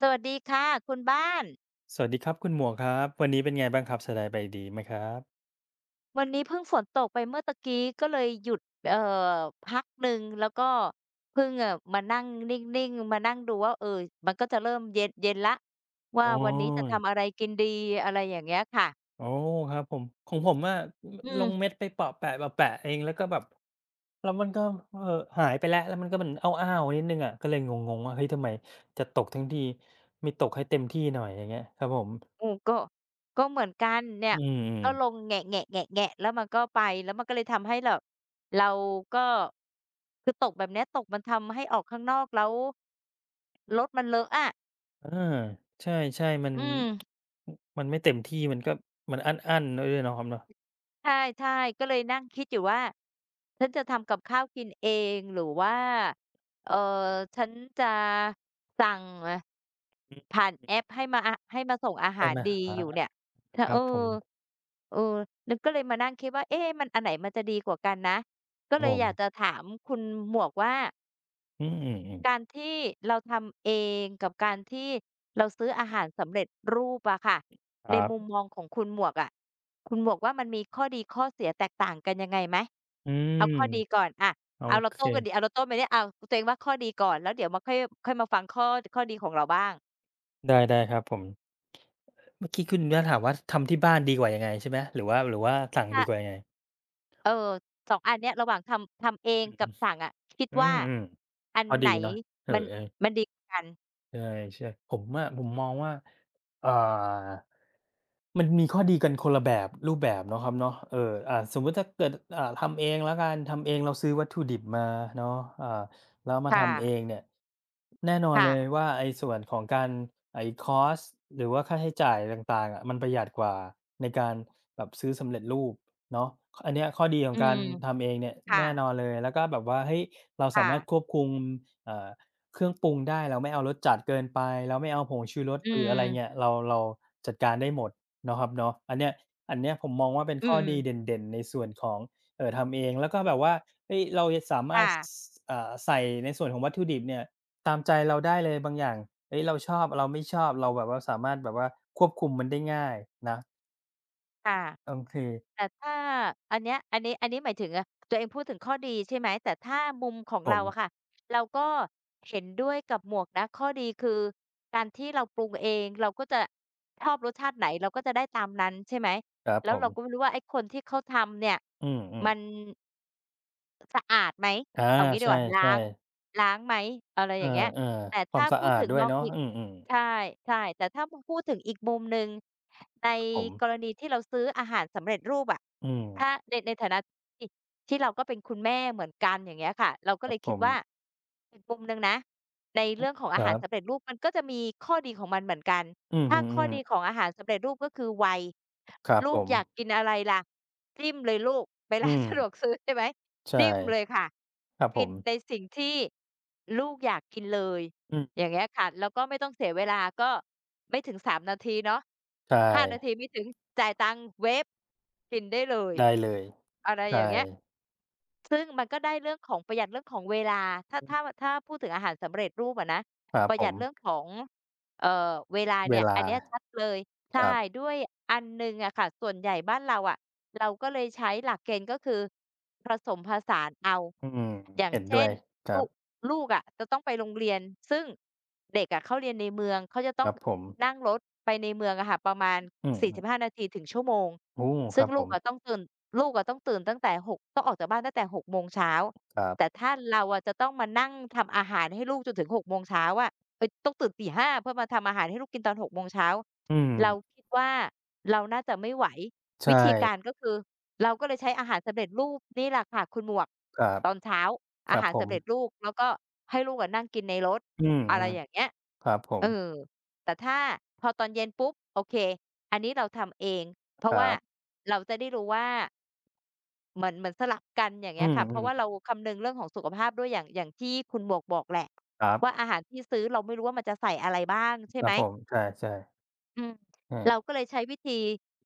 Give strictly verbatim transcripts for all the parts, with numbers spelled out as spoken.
สวัสดีค่ะคุณบ้านสวัสดีครับคุณหมวกครับวันนี้เป็นไงบ้างครับสบายไปดีไหมครับวันนี้เพิ่งฝนตกไปเมื่อตะกี้ก็เลยหยุดเอ่อพักหนึ่งแล้วก็เพิ่งเอ่อมานั่งนิ่งๆมานั่งดูว่าเออมันก็จะเริ่มเย็นเย็นแล้วว่าอ๋วันนี้จะอทำอะไรกินดีอะไรอย่างเงี้ยค่ะโอ้ครับผมของผมอะอืลงเม็มดไปเปาะแปะๆเองแล้วก็แบบแล้วมันก็เอ่อหายไปแล้วแล้วมันก็เหมันอ้าวๆนิดหนึ่งอะก็เลยงงๆว่าเฮ้ยทำไมจะตกทั้งทีไม่ตกให้เต็มที่หน่อยอย่างเงี้ยครับผมอือก็ก็เหมือนกันเนี่ยอืมก็ลๆงแงะๆๆๆแล้วมันก็ไปแล้วมันก็เลยทำให้แบบเราก็คือตกแบบเนี้ยตกมันทำให้ออกข้างนอกแล้วรถมันเลอะอะเออใช่ๆมันอืม มันไม่เต็มที่มันก็มันอั้นๆด้วยเนาะครับเนาะใช่ๆก็เลยนั่งคิดอยู่ว่าฉันจะทำกับข้าวกินเองหรือว่าเอ่อฉันจะสั่งอ่าอือผ่านแอปให้มาอะให้มาส่งอาหาใช่รไหมดีอาอยู่เนี่ยถ้าคเอรัอบผมเออนึกก็เลยมานั่งคิดว่าเอ๊ะมันอันไหนมันจะดีกว่ากันนะก็ครับเลผยอยากจะมถามคุณหมวกว่า อืมการๆๆที่เราทำเองกับการที่เราซื้ออาหารสำเร็จรูปอะค่ะคในรัมุมบมองของคุณหมวกอะคุณหมวกว่ามันมีข้อดีข้อเสียแตกต่างกันยังไงไหมอืม เอาข้อดีก่อนอะโอเอาเราเคโต้กันดิเอาเราโต้ไปดยเอาตัวเองว่าข้อดีก่อนแล้วเดี๋ยวมาค่อยค่อยมาฟังข้อข้อดีของเราบ้างได้ได้ครับผมเมื่อกี้คุณบ้านถามว่าทำที่บ้านดีกว่ายังไงใช่ไหมหรือว่าหรือว่าสั่งถ้าดีกว่ายังไงเออสองอันเนี้ยระหว่างทำทำเองอือกัอืบสั่งอะคิดว่ามอืมอันก็ไหดีนเนาะเออมันมันๆ ดีกว่ากันใช่ๆผมอะผมมองว่าอ่ามันมีข้อดีกันคนละแบบรูปแบบเนาะครับเนาะเอออ่าสมมุติถ้าเกิดอ่าทำเองแล้วกันทำเองเราซื้อวัตถุดิบมาเนาะอ่าแล้วมาค่ะทำเองเนี่ยแน่นอนเลค่ะยว่าไอ้ส่วนของการไอ้คอสต์หรือว่าค่าใช้จ่ายต่างๆอะมันประหยัดกว่าในการแบบซื้อสำเร็จรูปเนาะอันเนี้ยข้อดีของอืกามรทำเองเนี่ยแน่นอนค่ะเลยแล้วก็แบบว่าเฮ้ยเราสาค่ะมารถควบคุมเอ่อ เครื่องปรุงได้เราไม่เอารสจัดเกินไปเราไม่เอาผงชูรสอืหรืออะไรเงี้มยเราเราจัดการได้หมดเนาะครับเนาะอันเนี้ยอันเนี้ยผมมองว่าเป็นอืข้อดีเม ด่นๆในส่วนของเอ่อทำเองแล้วก็แบบว่าเฮ้ยเราจะสามารถสค่ะอ่าใส่ในส่วนของวัตถุดิบเนี่ยตามใจเราได้เลยบางอย่างเฮ้ยเราชอบเราไม่ชอบเราแบบว่าสามารถแบบว่าควบคุมมันได้ง่ายนะค่ะโอเคแต่ถ้าอันเนี้ยอันนี้อันนี้หมายถึงอะตัวเองพูดถึงข้อดีใช่ไหมแต่ถ้ามุมของผเรามอะค่ะเราก็เห็นด้วยกับหมวกนะข้อดีคือการที่เราปรุงเองเราก็จะชอบรสชาติไหนเราก็จะได้ตามนั้นใช่ไหมครับแล้ผวมเราก็ไม่รู้ว่าไอ้คนที่เขาทำเนี่ยอืมมัน ๆสะอาดไหมอาเอางี้ดีกว่าล้าใช่งๆล้างไหมอะไรอเอย่างเงี้ยอแต่ๆควาถ้ามสะพูดอาดถึงด้วมยองเนาะอีกอืมๆใช่ใช่แต่ถ้าพูดถึงอีกมุมหนึ่งในครับผมกรณีที่เราซื้ออาหารสำเร็จรูปอะอืถ้าม ในในฐานะที่ที่เราก็เป็นคุณแม่เหมือนกันอย่างเงี้ยค่ะเราก็ครัเลบยผคิดว่ามอีกมุมหนึ่งนะในเรื่องของอาคหารัรสำเร็บจรูปมันก็จะมีข้อดีของมันเหมือนกันอือถ้าฮึข้อือมดีของอาหารสำเร็จรูปก็คือไวครับลูผกอยากมกินอะไรล่ะจิ้มเลยลูกไปอืร้า นมสะดวกซื้อใช่ไหม ใช่จิ้มเลยค่ะครับผกินมในสิ่งที่ลูกอยากกินเลยอืมอย่างเงี้ยค่ะแล้วก็ไม่ต้องเสียเวลาก็ไม่ถึงสามนาทีเนาะใช่ห้านาทีไม่ถึงจ่ายตังค์เวฟกินได้เลยได้เลยอะไรอย่าใช่งเงี้ย ซึ่งมันก็ได้เรื่องของประหยัดเรื่องของเวลาถ้าอืถ้ามถ้าพูดถึงอาหารสำเร็จรูปอะนะครัปบระผหยัดเรื่องมของเอ่อเวลาเวเนี่ยอัลานเนี้ยชัดเลยคใช่รับด้วยอันหนึ่งอะค่ะส่วนใหญ่บ้านเราอะเราก็เลยใช้หลักเกณฑ์ก็คือผสมผสานเอาอืมอย่างเห็นด้เช่วนยครัลูบกลูกอะจะต้องไปโรงเรียนซึ่งเด็กอะเขาเรียนในเมืองเขาจะต้คองรับผมนั่งรถไปในเมืองอะค่ะประมาณอืมสี่สิบห้าๆนาทีถึงชั่วโมง โอ้คซึ่งรับผลูกมอะต้องตื่นลูกอะต้องตื่นตั้งแต่หกต้องออกจากบ้านตั้งแต่หกโมงเช้าครัแต่บถ้าเราอะจะต้องมานั่งทำอาหารให้ลูกจนถึงหกโมงเช้าอะเอ๊ยต้องตื่นตีห้าเพื่อมาทำอาหารให้ลูกกินตอนหกโมงเช้าอืมเราคิดว่าเราน่าจะไม่ไหวใชวิธีการ่ก็คือเราก็เลยใช้อาหารสำเร็จรูปนี่แหละค่ะคุณหมวกครับตอนเช้าคอารับหารผมสำเร็จรูปแล้วก็ให้ลูกอะนั่งกินในรถอืออะไรฮึอย่างเงี้ย ครับผมเออแต่ถ้าพอตอนเย็นปุ๊บโอเคอันนี้เราทำเอง เพคราะว่ารับเราจะได้รู้ว่าเหมือนเหมือนสลับกันอย่างอืเงี้ยค่ะ เพราะมว่าเราๆคำนึงเรื่องของสุขภาพด้วยอย่างอย่างที่คุณหมวกบอกแหละครัว่าบอาหารที่ซื้อเราไม่รู้ว่ามันจะใส่อะไรบ้างใช่ครัไหม บผมใช่ๆอืมอืมเราก็เลยใช้วิธี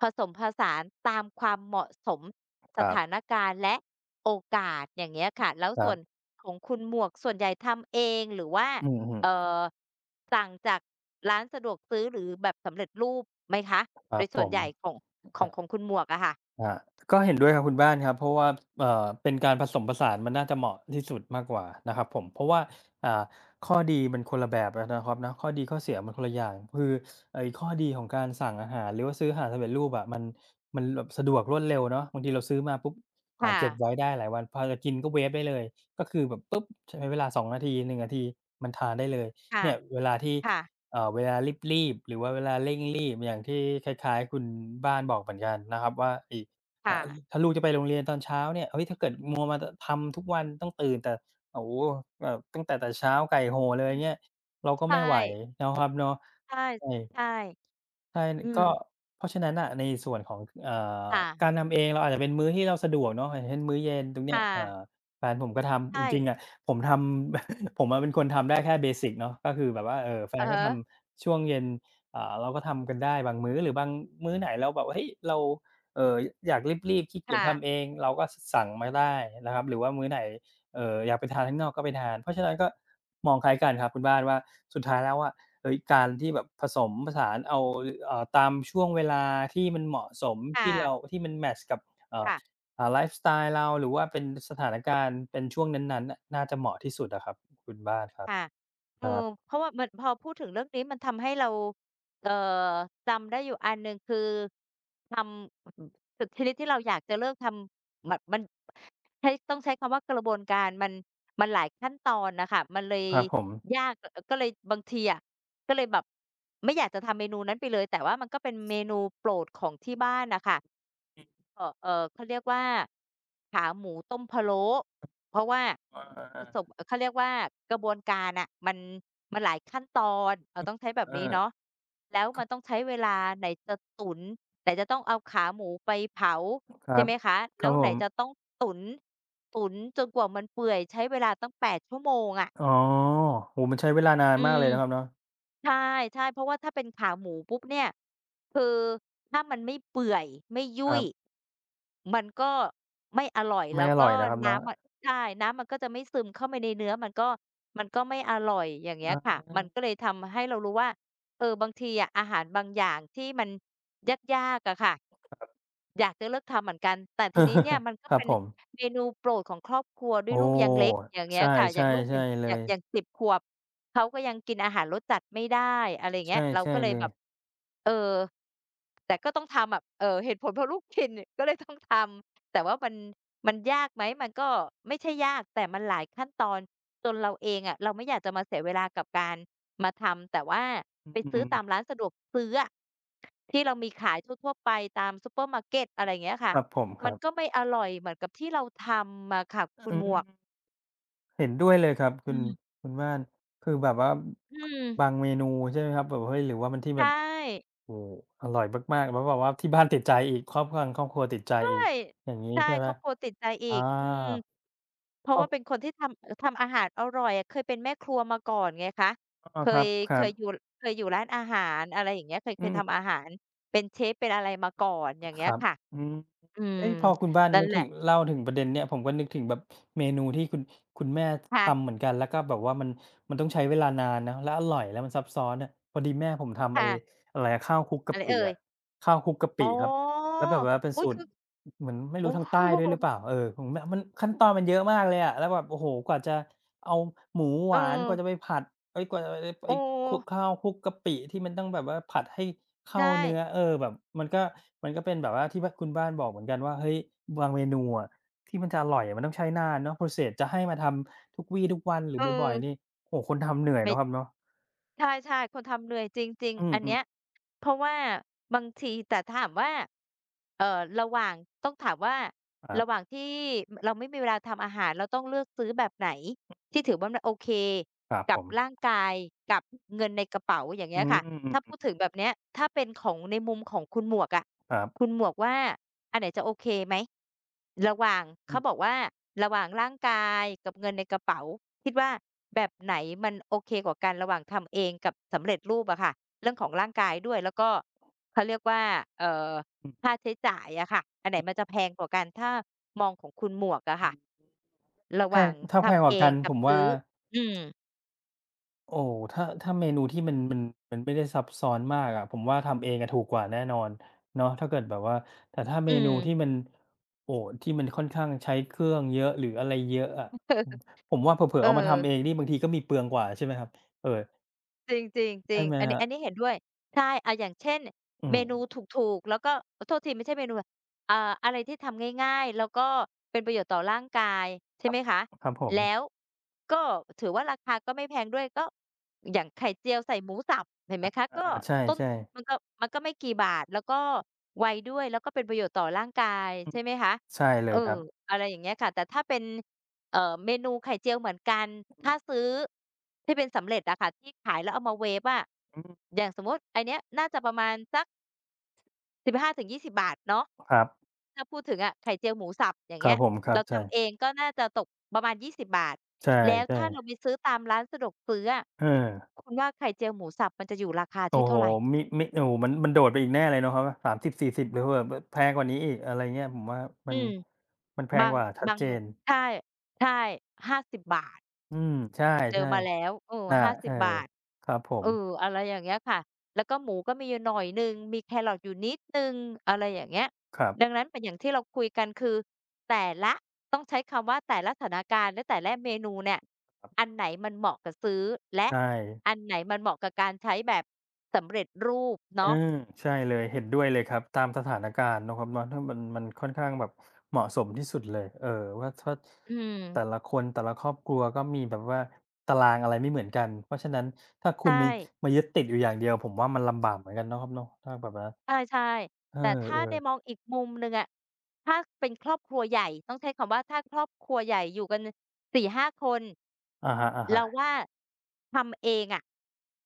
ผสมผสานตามความเหมาะสมสครัถานบการณ์และโอกาสอย่างเงี้ยค่ะแล้วครัส่วนบของคุณหมวกส่วนใหญ่ทำเองหรือว่าอือฮึเอ่อสั่งจากร้านสะดวกซื้อหรือแบบสำเร็จรูปไหมคะคโดรับยผส่วนมใหญ่ของขคองรัของบ คุณหมวกอะค่ะอาก็เห็นด้วยครับคุณบ้านครับเพราะว่าเอ่อเป็นการผสมผสานมันน่าจะเหมาะที่สุดมากกว่านะครับผมเพราะว่าอ่าข้อดีมันคนละแบบนะครับนาะข้อดีข้อเสียมันคนละอย่างคือไอ้ข้อดีของการสั่งอาหารหรือว่าซื้ออาหารสำเร็จรูปอะมันมันแบบสะดวกรวดเร็วเนาะบางทีเราซื้อมาปุ๊บอ่าค่ะเก็บไว้ได้หลายวันพอจะกินก็เวฟได้เลยก็คือแบบปุ๊บใช้เวลาสองนาทีหนงนาทีมันทานได้เลยค่ะเนี่ยเวลาที่ค่ะเอ่อเวลารีบๆหรือว่าเวลาเร่งรีบอย่างที่คล้ายๆคุณบ้านบอกเหมือนกันนะครับว่า เอ่อค่ะถ้าลูกจะไปโรงเรียนตอนเช้าเนี่ยเฮ้ยถ้าเกิดมัวมาตทำทุกวันต้องตื่นแต่โอ้โฮแบบตั้งแต่แต่เช้าไก่โฮเลยอืมเงี้ยเราก็ใช่ไม่ไหวเนาะครับเนาะใช่ใช่ใช่ใช่อืก็มเพราะฉะนั้นน่ะในส่วนของเอ่อกาค่ะรทำเองเราอาจจะเป็นมื้อที่เราสะดวกเนาะอย่างเช่นมื้อเย็นตรงเนี้ยค่ะเอ่อแฟนผมก็ทำจใช่ริงๆอะผมทำ ผมอะเป็นคนทำได้แค่เบสิกเนาะก็คือแบบว่าเอ่อแฟนอะก็ทฮะำช่วงเย็นอ่าเราก็ทำกันได้บางมื้อหรือบางมื้อไหนเราแบบเฮ้ยเรา เอ่ออยากรีบๆขี้เกียจค่ะทำเองเราก็สสั่งมาได้นะครับหรือว่ามื้อไหนเอ่ออยากไปทานข้างนอกก็ไปทานเพราะฉะนั้นก็มองคล้ายกันครับคุณบ้านว่าสุดท้ายแล้วอะเฮ้ยการที่แบบผสมผสานเอาเอ่อตามช่วงเวลาที่มันเหมาะสมค่ะที่เราที่มันแมตช์กับเอ่อค่ะ อ่าไลฟ์สไตล์เราหรือว่าเป็นสถานการณ์เป็นช่วงนั้นๆน่ะน่าจะเหมาะที่สุดอะครับคุณบ้านครับค่ะเอคอรับเพราะว่ามันพอพูดถึงเรื่องนี้มันทำให้เราเอ่อจำได้อยู่อันหนึ่งคือทำถึงชนิดที่เราอยากจะเลิกทำแบบมันใช้ต้องใช้คำว่ากระบวนการมันมันหลายขั้นตอนน่ะค่ะมันเลยครับผมยากเอ่อก็เลยบางทีอะก็เลยแบบไม่อยากจะทำเมนูนั้นไปเลยแต่ว่ามันก็เป็นเมนูโปรดของที่บ้านน่ะค่ะ อืมเอ่อเอ่อเขาเรียกว่าขาหมูต้มพะโล้เพราะว่าอาผสมๆๆเอ่อเขาเรียกว่ากระบวนการน่ะมันมันหลายขั้นตอนเอ่อต้องใช้แบบเออนี้เนาะแล้วมันต้องใช้เวลาไหนจะตุ๋นไหนจะต้องเอาขาหมูไปเผาคใช่รับไหมคะคแล้รัวบผไหนมจะต้องตุ๋นตุ๋นจนกว่ามันเปื่อยใช้เวลาตั้งแปดชั่วโมงอะอ๋อโอ้โฮมันใช้เวลานานอืมากม เลยนะครับเนาะ ใช่ใช่เพราะว่าถ้าเป็นขาหมูปุ๊บเนี่ยคือถ้ามันไม่เปื่อยไม่ยุ่ครัยบมันก็ไม่อร่อยไม่แล้วอร่ก็อยนะครับเนาะน้ำอะใช่น้ำมันก็จะไม่ซึมเข้าไปในเนื้อมันก็มันก็ไม่อร่อยอย่างเงี้ยอา ค่ะมันก็เลยทำให้เรารู้ว่าเออบางทีอะอาหารบางอย่างที่มันยากๆอะค่ะ อยากจะเลิกทำเหมือนกันแต่ทีนี้เนี่ยมันก็ ครับเป็นผมเมนูโปรดของครอบครัวด้วโอ้ยลูกยังเล็กอย่างเงี้ยใช่ค่ะอย่าใช่งลูกอใช่ย่างเลอย่างยอย่างสิบขวบเขาก็ยังกินอาหารรสจัดไม่ได้อะไรอย่างเงี้ใช่ยเราใช่ก็เลยเลแบยบเออแต่ก็ต้องทำอะเอ่อเหตุผลเพราะลูกกินก็เลยต้องทำแต่ว่ามันมันยากไหมมันก็ไม่ใช่ยากแต่มันหลายขั้นตอนจนเราเองอะเราไม่อยากจะมาเสียเวลากับการ มาทำแต่ว่าอืไปซื้อมตามร้านสะดวกซื้ออะที่เรามีขายทั่วๆไปตามซูเปอร์มาร์เกตอะไรอย่างเงี้ยคค่ะรับผมคมันรัก็บไม่อร่อยเหมือนกับที่เราทำอะค่ะคุณอืหมวกมเห็นด้วยเลยครับคุอืณมคุณบ้านคือแบบว่าอืมบางเมนูใช่ไหมครับแบบเฮ้ยหรือว่ามันที่ใชแบบ่โอ้โฮอร่อยมากๆแล้วแบบว่าที่บ้านติดใจอีกครอบครัวครอบครัวติดใจใช่อีกอย่างงี้ใช่ใช่ไหคมรอบครัวติดใจอาอีกอืมเพครราะอว่าบเป็นคนที่ทำเอ่อทำอาหารอร่อยอะเคยเป็นแม่ครัวมาก่อนไงคะเคอาครยเคับยอยู่ๆเคยอยู่ร้านอาหารอะไรอย่างเงี้ยเคยเคอืยม ทำอาหารเป็นเชฟเป็นอะไรมาก่อนอย่างคเงี้ยรับค่ะอืมอืมเอ๊ยพอคุณบ้านนั่นนึกแหละถึงเล่าถึงประเด็นเนี้ยผมก็นึกถึงแบบเมนูที่คุณคุณแม่ทำเหค่ะมือนกันแล้วก็แบบว่ามันมันต้องใช้เวลานานเนาะแล้วอร่อยแล้วมันซับซ้อนอะพอดีแม่ผมทำไอ้ค่ะอะไรอะข้าวคลุกอะกะไรปิเอ่ย อะข้าวคลุกกะอ๋ปิครับอแล้วแบบว่าเป็นอุ๊ยสูตคืรอเหมือนไม่โอ้รู้ทางโฮใต้ด้วยหรือเปล่าเออผมแบบมันขั้นตอนมันเยอะมากเลยอะแล้วแบบโอ้โฮกว่าจะเอาหมูหเอวานกว่าจะอไปผัด เฮ้ยกว่าจะได้ไปโอ้คลุกข้าวคลุกกะปิที่มันต้องแบบว่าผัดให้เข้าใช่เนื้อเออแบบมันก็มันก็เป็นแบบว่าที่แบ้าคุณบ้านบอกเหมือนกันว่าเฮ้ยบางเมนูอะที่มันจะอร่อยอะมันต้องใช้นานเนาะ process จะให้มาทำทุกวี่ทุกวันหรืเออบ่ออยๆนี่โอ้โฮคนทำเหนื่อยไม่เนาะครับเนาะใช่ๆคนทำเหนื่อยจริงอืๆอันเนี้มยๆเพราะว่าบางทีแต่ถามว่าเอ่อระหว่างต้องถามว่า ครัระหว่าบงที่มเราไม่มีเวลาทำอาหารเราต้องเลือกซื้อแบบไหนที่ถือว่ามันโอเคครับกัผบมร่างกายกับเงินในกระเป๋าอย่างอืเงี้ยค่ะ ถ้าพูมดถึงแบบเนี้ยถ้าเป็นของในมุมของคุณหมวกอะครัคุณบหมวกว่าอันไหนจะโอเคไหมระหว่างอืเขามบอกว่าระหว่างร่างกายกับเงินในกระเป๋าคิดว่าแบบไหนมันโอเคกว่ากันระหว่างทำเองกับสำเร็จรูปอะค่ะเรื่องของร่างกายด้วยแล้วก็เขาเรียกว่าเอ่อๆค่าใช้จ่ายอะค่ะอันไหนมันจะแพงกว่ากันถ้ามองของคุณหมวกอะค่ะระหแพว่างงถ้าแพงทำกเอว่ากังนกัผบมว่า ซื้ออืมโอ้ถ้าถ้าเมนูที่มันมันมันไม่ได้ซับซ้อนมากอะผมว่าทำเองอะถูกกว่าแน่นอนเนาะถ้าเกิดแบบว่าแต่ถ้าเมอืนูม ที่มันโอ้ที่มันค่อนข้างใช้เครื่องเยอะหรืออะไรเยอะอะอืม ผมว่าเผลอๆเอเอามาทำเองอ นี่บางทีก็มีเปลืองกว่าใช่ไหมครับเออจริงจริงจริใช่งไหมอันคนี้รัอับนนี้เห็นด้วยใช่อาอย่างเช่นอืเมมนูถูกๆแล้วก็โทษทีไม่ใช่เมนูอ่าอะไรที่ทำง่ายๆแล้วก็เป็นประโยชน์ต่อร่างกายคใช่รัไหบมคะครับผแล้วมก็ถือว่าราคาก็ไม่แพงด้วยก็อย่างไข่เจียวใส่หมูสับเห็นไหมคะอาก็ใชต้น่มัๆนก็มันก็ไม่กี่บาทแล้วก็ไวด้วยแล้วก็เป็นประโยชน์ต่อร่างกายอืใช่มไหมคะใช่เลเอยอครับอะไรอย่างเงี้ยค่ะแต่ถ้าเป็น เอ่อเมนูไข่เจียวเหมือนกันถ้าอืซื้อที่เป็นสำเร็จอะค่ะที่ขายแล้วเอามาเวฟอะออืมอย่างสมมุติอันเนี้ยน่าจะประมาณสักสิบห้าถึงยี่สิบบาทเนาะครับถ้าพูดถึงอะไข่เจียวหมูสับอย่างครัเงี้บยผมครับเราใช่ทำเองก็น่าจะตกประมาณยี่สิบบาทใช่แล้วถ้าเราไปๆซื้อตามร้านสะดวกซื้ออะเออ คุณว่าไข่เจียวหมูสับมันจะอยู่ราคาโอ้ที่โฮเท่าไรมิมิโอ้โฮมันมันโดดไปอีกแน่เลยเนาะครับสามสิบสสี่ ศูนย์หรือแบบแบบแพงกว่านี้อีกอะไรเงี้ยผมว่ามัอืนมมันแพบางงกว่าชัดบางเจนใช่ใช่ห้าสิบบาท อืมใช่เจอมาแล้วเออๆน่ะเอห้าสิบอบบาทครับผเอมออะไรอย่างเงี้ยค่ะแล้วก็หมูก็มีอยู่หน่อยหนึ่งมีแครอทอยู่นิดหนึ่งอะไรอย่างเงี้ยครับดังนั้นเป็นอย่างที่เราคุยกันคือแต่ละต้องใช้คำว่าแต่ละสถานการณ์และแต่ละเมนูเนี่ยอันไหนมันเหมาะกับซื้อและใช่อันไหนมันเหมาะกับการใช้แบบสำเร็จรูปเออเนาะใช่เลยเห็นด้วยเลยครับตามสถานการณ์เนาะครับเนาะถ้ามันมันค่อนข้างแบบเหมาะสมที่สุดเลยเออว่าถ้าอืมแต่ละคนแต่ละครอบครัวก็มีแบบว่าตารางอะไรไม่เหมือนกันเพราะฉะนั้นถ้าคุณใช่ มีมายึดติดอยู่อย่างเดียวผมว่ามันลำบากเหมือนกันเนาะครับเนาะถ้าแบบว่าใช่เออๆแต่ถ้าในมๆ องอีกมุมหนึ่งอะถ้าเป็นครอบครัวใหญ่ต้องใช้คำว่าถ้าครอบครัวใหญ่อยู่กันสี่ห้าคนอะฮะเราว่าๆทำเองอะ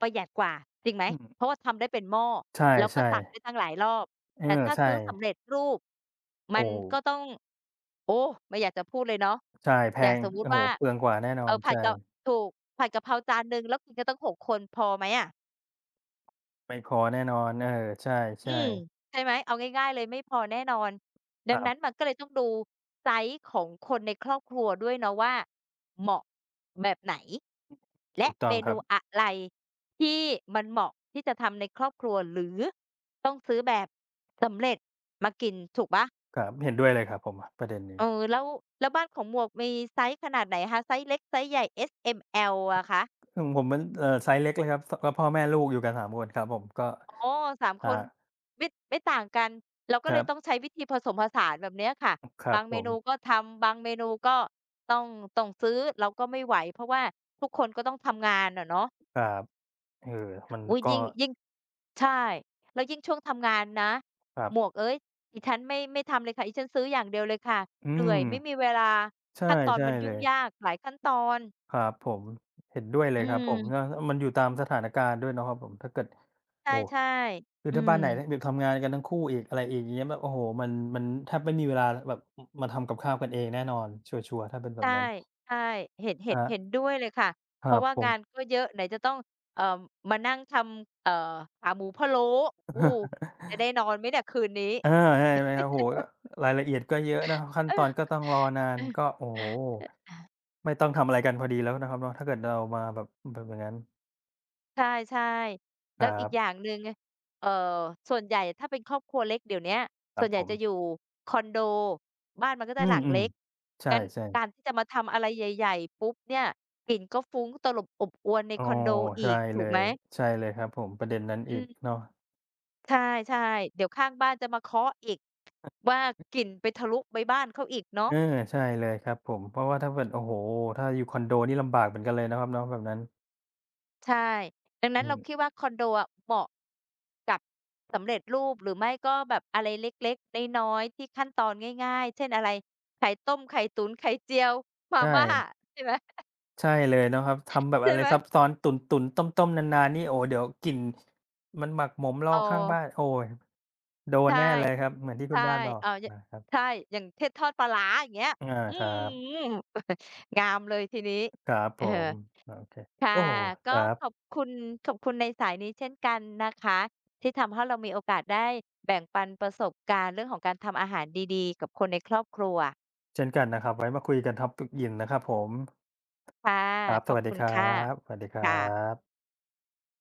ประหยัดกว่าจริงไหมอืมเพราะว่าทำได้เป็นหม้อใแล้วก็ช่ตักได้ตั้ๆงหลายรอบเอแต่อถ้าใช่ซื้อสำเร็จรูปมันโอ้โฮก็ต้องโอ้ไม่อยากจะพูดเลยเนาะใช่แพอย่างงสมมุโอ้ติโฮว่าเปลืองกว่าแน่นอเอ่นอผัดใช่กะถูกผัดกะเพราจานหนึ่งแล้วกินกันตั้งหกคนพอไหมอะ ไม่พอแน่นอนเออใชอื่มๆใช่ไหมเอาง่ายๆเลยไม่พอแน่นอนดัคงรันั้นบมันก็เลยต้องดูไซซ์ของคนในครอบครัวด้วยเนาะว่าเหมาะแบบไหนและถูกต้เมองคนูรับอะไรที่มันเหมาะที่จะทำในครอบครัวหรือต้องซื้อแบบสำเร็จมากินถูกเปล่าครับเห็นด้วยเลยครับผมประเด็นนี้เออแล้วแล้วบ้านของหมวกมีไซซ์ขนาดไหนคะไซซ์เล็กไซซ์ใหญ่ เอส เอ็ม แอล อะคะ ขอืผมมันเอ่อไซซ์เล็กเลยครับสก็พ่อแม่ลูกอยู่กันสามคนครับผมก็อ๋อสามคอ่านไม่ไม่ต่างกันเราก็คเลรัยต้องบใช้วิธีผสมผสานแบบเนี้ยค่ะครับาบงผเมนูก็มทำบางเมนูก็ต้องต้องซื้อเราก็ไม่ไหวเพราะว่าทุกคนก็ต้องทำงานอะเนาะครับเออมันอุ๊ยก็ยิ่งยิ่งใช่แล้วยิ่งช่วงทำงานนะครับหมวกเอ๊ยดิฉันไม่ไม่ทำเลยค่ะดิฉันซื้ออย่างเดียวเลยค่ะอืเหมนื่อยไม่มีเวลาใช่ขั้นตอนใช่มันเลยุ่งยยากหลายขั้นตอนครับผมเห็นด้วยเลอืยครับผมเนาะมมันอยู่ตามสถานการณ์ด้วยเนาะครับผมถ้าเกิดใโอ้ ช่คืๆออืถ้าบ้าม นไหนได้แบบทำงานกันทั้งคู่อีกอะไรอีกอย่างเงี้ยแบบโอ้โฮมันมันแทบไม่มีเวลาแบบมาทำกับข้าวกันเองแน่นอนชัวร์ๆถ้าเป็นแบบใช่นั้นใช่เห็นเห็คนรัเห็นบด้วยเลยค่ะคเพรัราะบว่าผงาม นก็เยอะไหนจะต้องเอ่อมานั่งทำเอ่อขาหมูพะโล้โอ้ จะได้นอนไหมเนี่ยคืนนี้เอาใช่ไหมครับโอ้โฮก็รายละเอียดก็เยอะเนาะขั้นเอตออนก็ๆต้องรอนานก็โอ้โฮไม่ต้องทำอะไรกันพอดีแล้วนะครับเนาะถ้าเกิดเรามาแบบแบบอย่างงั้นใช่ๆคแล้วรัอีกอย่าบงหนึ่งเอ่อส่วนใหญ่ถ้าเป็นครอบครัวเล็กเดี๋ยวเนี้ยคส่รับวนใหผญ่จะอมยู่คอนโดบ้านมันก็อืจะหลังมเล็กๆใชงั้น่การๆที่จะมาทำอะไรใหญ่ๆปุ๊บเนี่ยกลิ่นก็ฟุ้งตลบอบอวนในอ๋อคอนโดอีใช่กเลถูกไหมยใช่เลยครับผมประเด็นนั้นอีอืกม เนาะ ใช่ๆเดี๋ยวข้างบ้านจะมาเคาะอีกว่ากลิ่นไปทะลุไปบ้านเขาอีกเนาะเออใช่เลยครับผมเพราะว่าถ้าเกิดโอ้โฮถ้าอยู่คอนโดนี่ลำบากเหมือนกันเลยนะครับเนาะแบบนั้นใช่ดังอืนั้นเราคิดมว่าคอนโดอะเหมาะกับสำเร็จรูปหรือไม่ก็แบบอะไรเล็กๆน้อยๆที่ขั้นตอนง่ายๆเช่นอะไรไข่ต้มไข่ตุ๋นไข่เจียวมาใช่ม่าใช่ไหมใช่เลยเนาะครับทำแบบใช่อะไรไหมซับซ้อนตุ๋นๆต้มๆนานๆนี่โอ้เดี๋ยวกลิ่นมันหมักหมมรเออข้าองบ้านโอ้โดนใช่แน่เลยครับเหมือนที่คุใช่ณบ้านบอกเอ่อยนะครับใช่อย่างเช่นทอดปลาร้าอย่างเงี้ยอาอื้อครับฮืองามเลยทีนี้ครับเอผอ มโอเคค่ะโอ้โฮคก็รัขอบบคุณขอบคุณในสายนี้เช่นกันนะคะที่ทำให้เรามีโอกาสได้แบ่งปันประสบการณ์เรื่องของการทำอาหารดีๆกับคนในครอบครัวเช่นกันนะครับไว้มาคุยกัน topic อื่นนะครับผมค่ะครับขสอบวัสดีคุณครัค่ะบสวัสดีครัค่ะบ